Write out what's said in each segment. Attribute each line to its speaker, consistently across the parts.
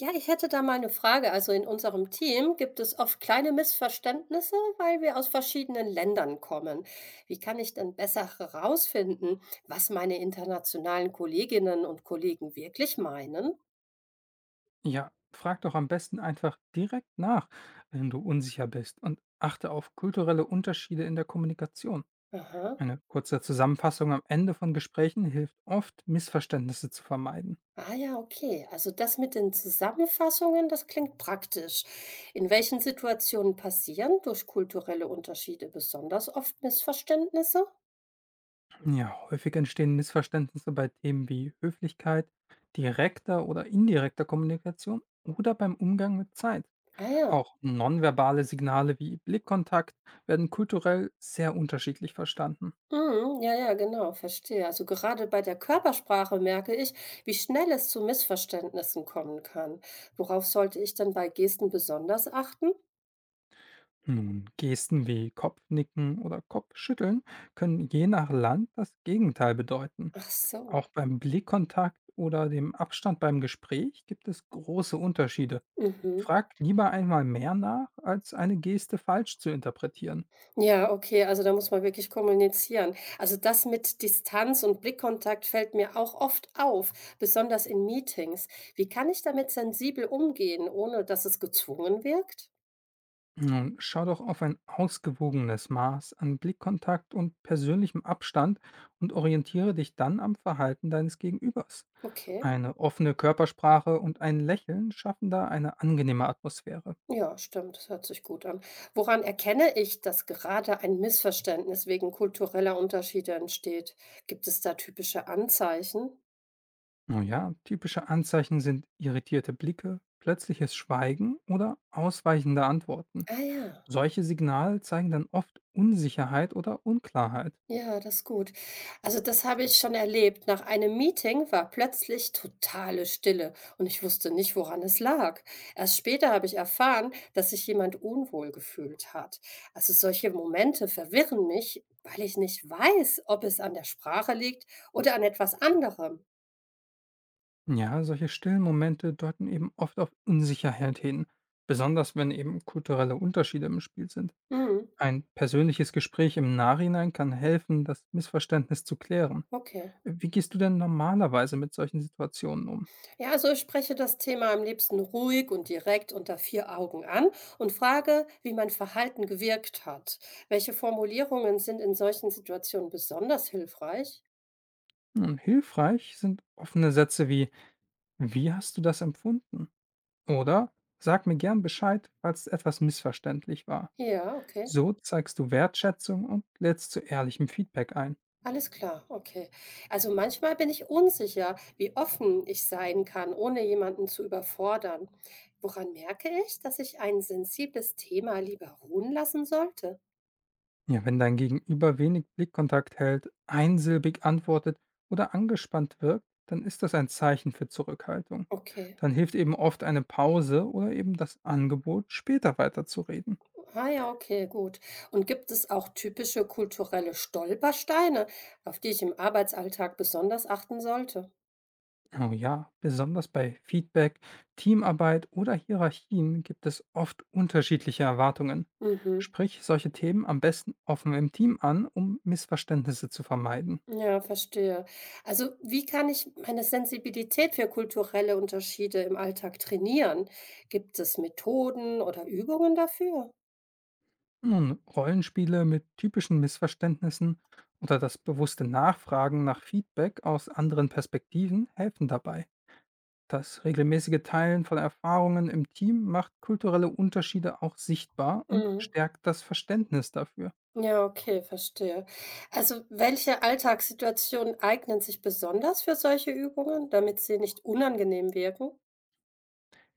Speaker 1: Ja, ich hätte da mal eine Frage. Also, in unserem Team gibt es oft kleine Missverständnisse, weil wir aus verschiedenen Ländern kommen. Wie kann ich denn besser herausfinden, was meine internationalen Kolleginnen und Kollegen wirklich meinen?
Speaker 2: Ja, frag doch am besten einfach direkt nach, wenn du unsicher bist und achte auf kulturelle Unterschiede in der Kommunikation.
Speaker 1: Aha.
Speaker 2: Eine kurze Zusammenfassung am Ende von Gesprächen hilft oft, Missverständnisse zu vermeiden.
Speaker 1: Ah ja, okay. Also, das mit den Zusammenfassungen, das klingt praktisch. In welchen Situationen passieren durch kulturelle Unterschiede besonders oft Missverständnisse?
Speaker 2: Ja, häufig entstehen Missverständnisse bei Themen wie Höflichkeit, direkter oder indirekter Kommunikation oder beim Umgang mit Zeit.
Speaker 1: Ah ja.
Speaker 2: Auch nonverbale Signale wie Blickkontakt werden kulturell sehr unterschiedlich verstanden.
Speaker 1: Mhm, ja, ja, genau, verstehe. Also gerade bei der Körpersprache merke ich, wie schnell es zu Missverständnissen kommen kann. Worauf sollte ich denn bei Gesten besonders achten?
Speaker 2: Nun, Gesten wie Kopfnicken oder Kopfschütteln können je nach Land das Gegenteil bedeuten.
Speaker 1: Ach so.
Speaker 2: Auch beim Blickkontakt oder dem Abstand beim Gespräch gibt es große Unterschiede.
Speaker 1: Mhm.
Speaker 2: Frag lieber einmal mehr nach, als eine Geste falsch zu interpretieren.
Speaker 1: Ja, okay, also da muss man wirklich kommunizieren. Also das mit Distanz und Blickkontakt fällt mir auch oft auf, besonders in Meetings. Wie kann ich damit sensibel umgehen, ohne dass es gezwungen wirkt?
Speaker 2: Nun, schau doch auf ein ausgewogenes Maß an Blickkontakt und persönlichem Abstand und orientiere dich dann am Verhalten deines Gegenübers.
Speaker 1: Okay.
Speaker 2: Eine offene Körpersprache und ein Lächeln schaffen da eine angenehme Atmosphäre.
Speaker 1: Ja, stimmt, das hört sich gut an. Woran erkenne ich, dass gerade ein Missverständnis wegen kultureller Unterschiede entsteht? Gibt es da typische Anzeichen?
Speaker 2: Oh ja, typische Anzeichen sind irritierte Blicke, plötzliches Schweigen oder ausweichende Antworten.
Speaker 1: Ah ja,
Speaker 2: Solche Signale zeigen dann oft Unsicherheit oder Unklarheit.
Speaker 1: ja, das ist gut. Also das habe ich schon erlebt. Nach einem Meeting war plötzlich totale Stille und ich wusste nicht, woran es lag. Erst später habe ich erfahren, dass sich jemand unwohl gefühlt hat. Also solche Momente verwirren mich, weil ich nicht weiß, ob es an der Sprache liegt oder an etwas anderem.
Speaker 2: Ja, solche stillen Momente deuten eben oft auf Unsicherheit hin, besonders wenn eben kulturelle Unterschiede im Spiel sind.
Speaker 1: Mhm.
Speaker 2: Ein persönliches Gespräch im Nachhinein kann helfen, das Missverständnis zu klären.
Speaker 1: Okay.
Speaker 2: Wie gehst du denn normalerweise mit solchen Situationen um?
Speaker 1: Ja, also ich spreche das Thema am liebsten ruhig und direkt unter vier Augen an und frage, wie mein Verhalten gewirkt hat. Welche Formulierungen sind in solchen Situationen besonders hilfreich?
Speaker 2: Nun, hilfreich sind offene Sätze wie, wie hast du das empfunden? Oder sag mir gern Bescheid, falls etwas missverständlich war.
Speaker 1: Ja, okay.
Speaker 2: So zeigst du Wertschätzung und lädst zu ehrlichem Feedback ein.
Speaker 1: Alles klar, okay. Also manchmal bin ich unsicher, wie offen ich sein kann, ohne jemanden zu überfordern. Woran merke ich, dass ich ein sensibles Thema lieber ruhen lassen sollte?
Speaker 2: Ja, wenn dein Gegenüber wenig Blickkontakt hält, einsilbig antwortet oder angespannt wirkt, dann ist das ein Zeichen für Zurückhaltung.
Speaker 1: Okay.
Speaker 2: Dann hilft eben oft eine Pause oder eben das Angebot, später weiterzureden.
Speaker 1: Ah ja, okay, gut. Und gibt es auch typische kulturelle Stolpersteine, auf die ich im Arbeitsalltag besonders achten sollte?
Speaker 2: Oh ja, besonders bei Feedback, Teamarbeit oder Hierarchien gibt es oft unterschiedliche Erwartungen.
Speaker 1: Mhm.
Speaker 2: Sprich solche Themen am besten offen im Team an, um Missverständnisse zu vermeiden.
Speaker 1: Ja, verstehe. Also, wie kann ich meine Sensibilität für kulturelle Unterschiede im Alltag trainieren? Gibt es Methoden oder Übungen dafür?
Speaker 2: Nun, Rollenspiele mit typischen Missverständnissen oder das bewusste Nachfragen nach Feedback aus anderen Perspektiven helfen dabei. Das regelmäßige Teilen von Erfahrungen im Team macht kulturelle Unterschiede auch sichtbar und
Speaker 1: Mhm.
Speaker 2: stärkt das Verständnis dafür.
Speaker 1: Ja, okay, verstehe. Also, welche Alltagssituationen eignen sich besonders für solche Übungen, damit sie nicht unangenehm wirken?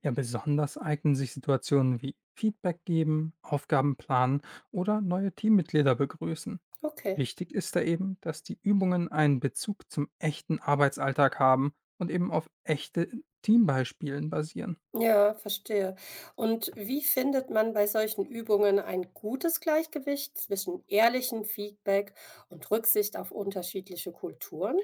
Speaker 2: Ja, besonders eignen sich Situationen wie Feedback geben, Aufgaben planen oder neue Teammitglieder begrüßen.
Speaker 1: Okay.
Speaker 2: Wichtig ist da eben, dass die Übungen einen Bezug zum echten Arbeitsalltag haben und eben auf echte Teambeispielen basieren.
Speaker 1: Ja, verstehe. Und wie findet man bei solchen Übungen ein gutes Gleichgewicht zwischen ehrlichem Feedback und Rücksicht auf unterschiedliche Kulturen?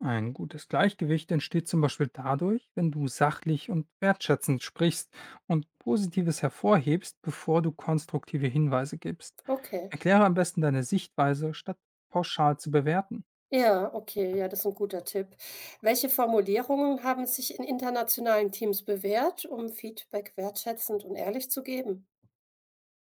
Speaker 2: Ein gutes Gleichgewicht entsteht zum Beispiel dadurch, wenn du sachlich und wertschätzend sprichst und Positives hervorhebst, bevor du konstruktive Hinweise gibst.
Speaker 1: Okay.
Speaker 2: Erkläre am besten deine Sichtweise, statt pauschal zu bewerten.
Speaker 1: Ja, okay, ja, das ist ein guter Tipp. Welche Formulierungen haben sich in internationalen Teams bewährt, um Feedback wertschätzend und ehrlich zu geben?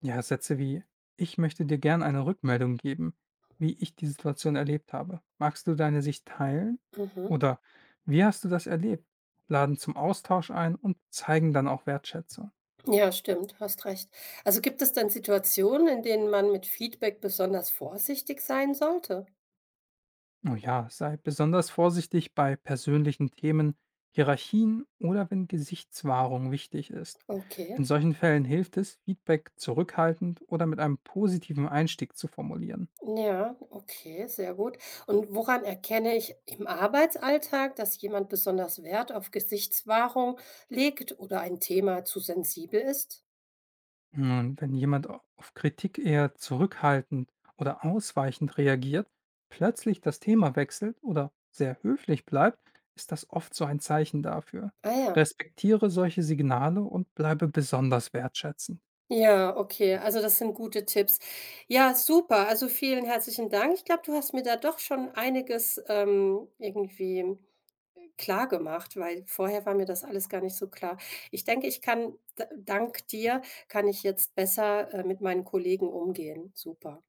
Speaker 2: Ja, Sätze wie „Ich möchte dir gern eine Rückmeldung geben, wie ich die Situation erlebt habe. Magst du deine Sicht teilen?“
Speaker 1: Mhm.
Speaker 2: Oder „Wie hast du das erlebt?“ laden zum Austausch ein und zeigen dann auch Wertschätzung.
Speaker 1: Ja, stimmt, hast recht. Also gibt es dann Situationen, in denen man mit Feedback besonders vorsichtig sein sollte?
Speaker 2: Oh ja, sei besonders vorsichtig bei persönlichen Themen, Hierarchien oder wenn Gesichtswahrung wichtig ist. In
Speaker 1: Okay.
Speaker 2: solchen Fällen hilft es, Feedback zurückhaltend oder mit einem positiven Einstieg zu formulieren.
Speaker 1: Ja, okay, sehr gut. Und woran erkenne ich im Arbeitsalltag, dass jemand besonders Wert auf Gesichtswahrung legt oder ein Thema zu sensibel ist?
Speaker 2: Nun, wenn jemand auf Kritik eher zurückhaltend oder ausweichend reagiert, plötzlich das Thema wechselt oder sehr höflich bleibt, ist das oft so ein Zeichen dafür.
Speaker 1: Ah ja.
Speaker 2: Respektiere solche Signale und bleibe besonders wertschätzend.
Speaker 1: Ja, okay. Also das sind gute Tipps. Ja, super. Also vielen herzlichen Dank. Ich glaube, du hast mir da doch schon einiges irgendwie klar gemacht, weil vorher war mir das alles gar nicht so klar. Ich denke, dank dir, kann ich jetzt besser mit meinen Kollegen umgehen. Super.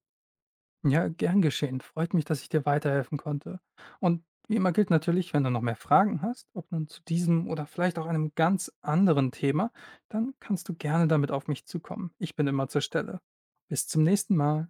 Speaker 2: Ja, gern geschehen. Freut mich, dass ich dir weiterhelfen konnte. Und wie immer gilt natürlich, wenn du noch mehr Fragen hast, ob nun zu diesem oder vielleicht auch einem ganz anderen Thema, dann kannst du gerne damit auf mich zukommen. Ich bin immer zur Stelle. Bis zum nächsten Mal.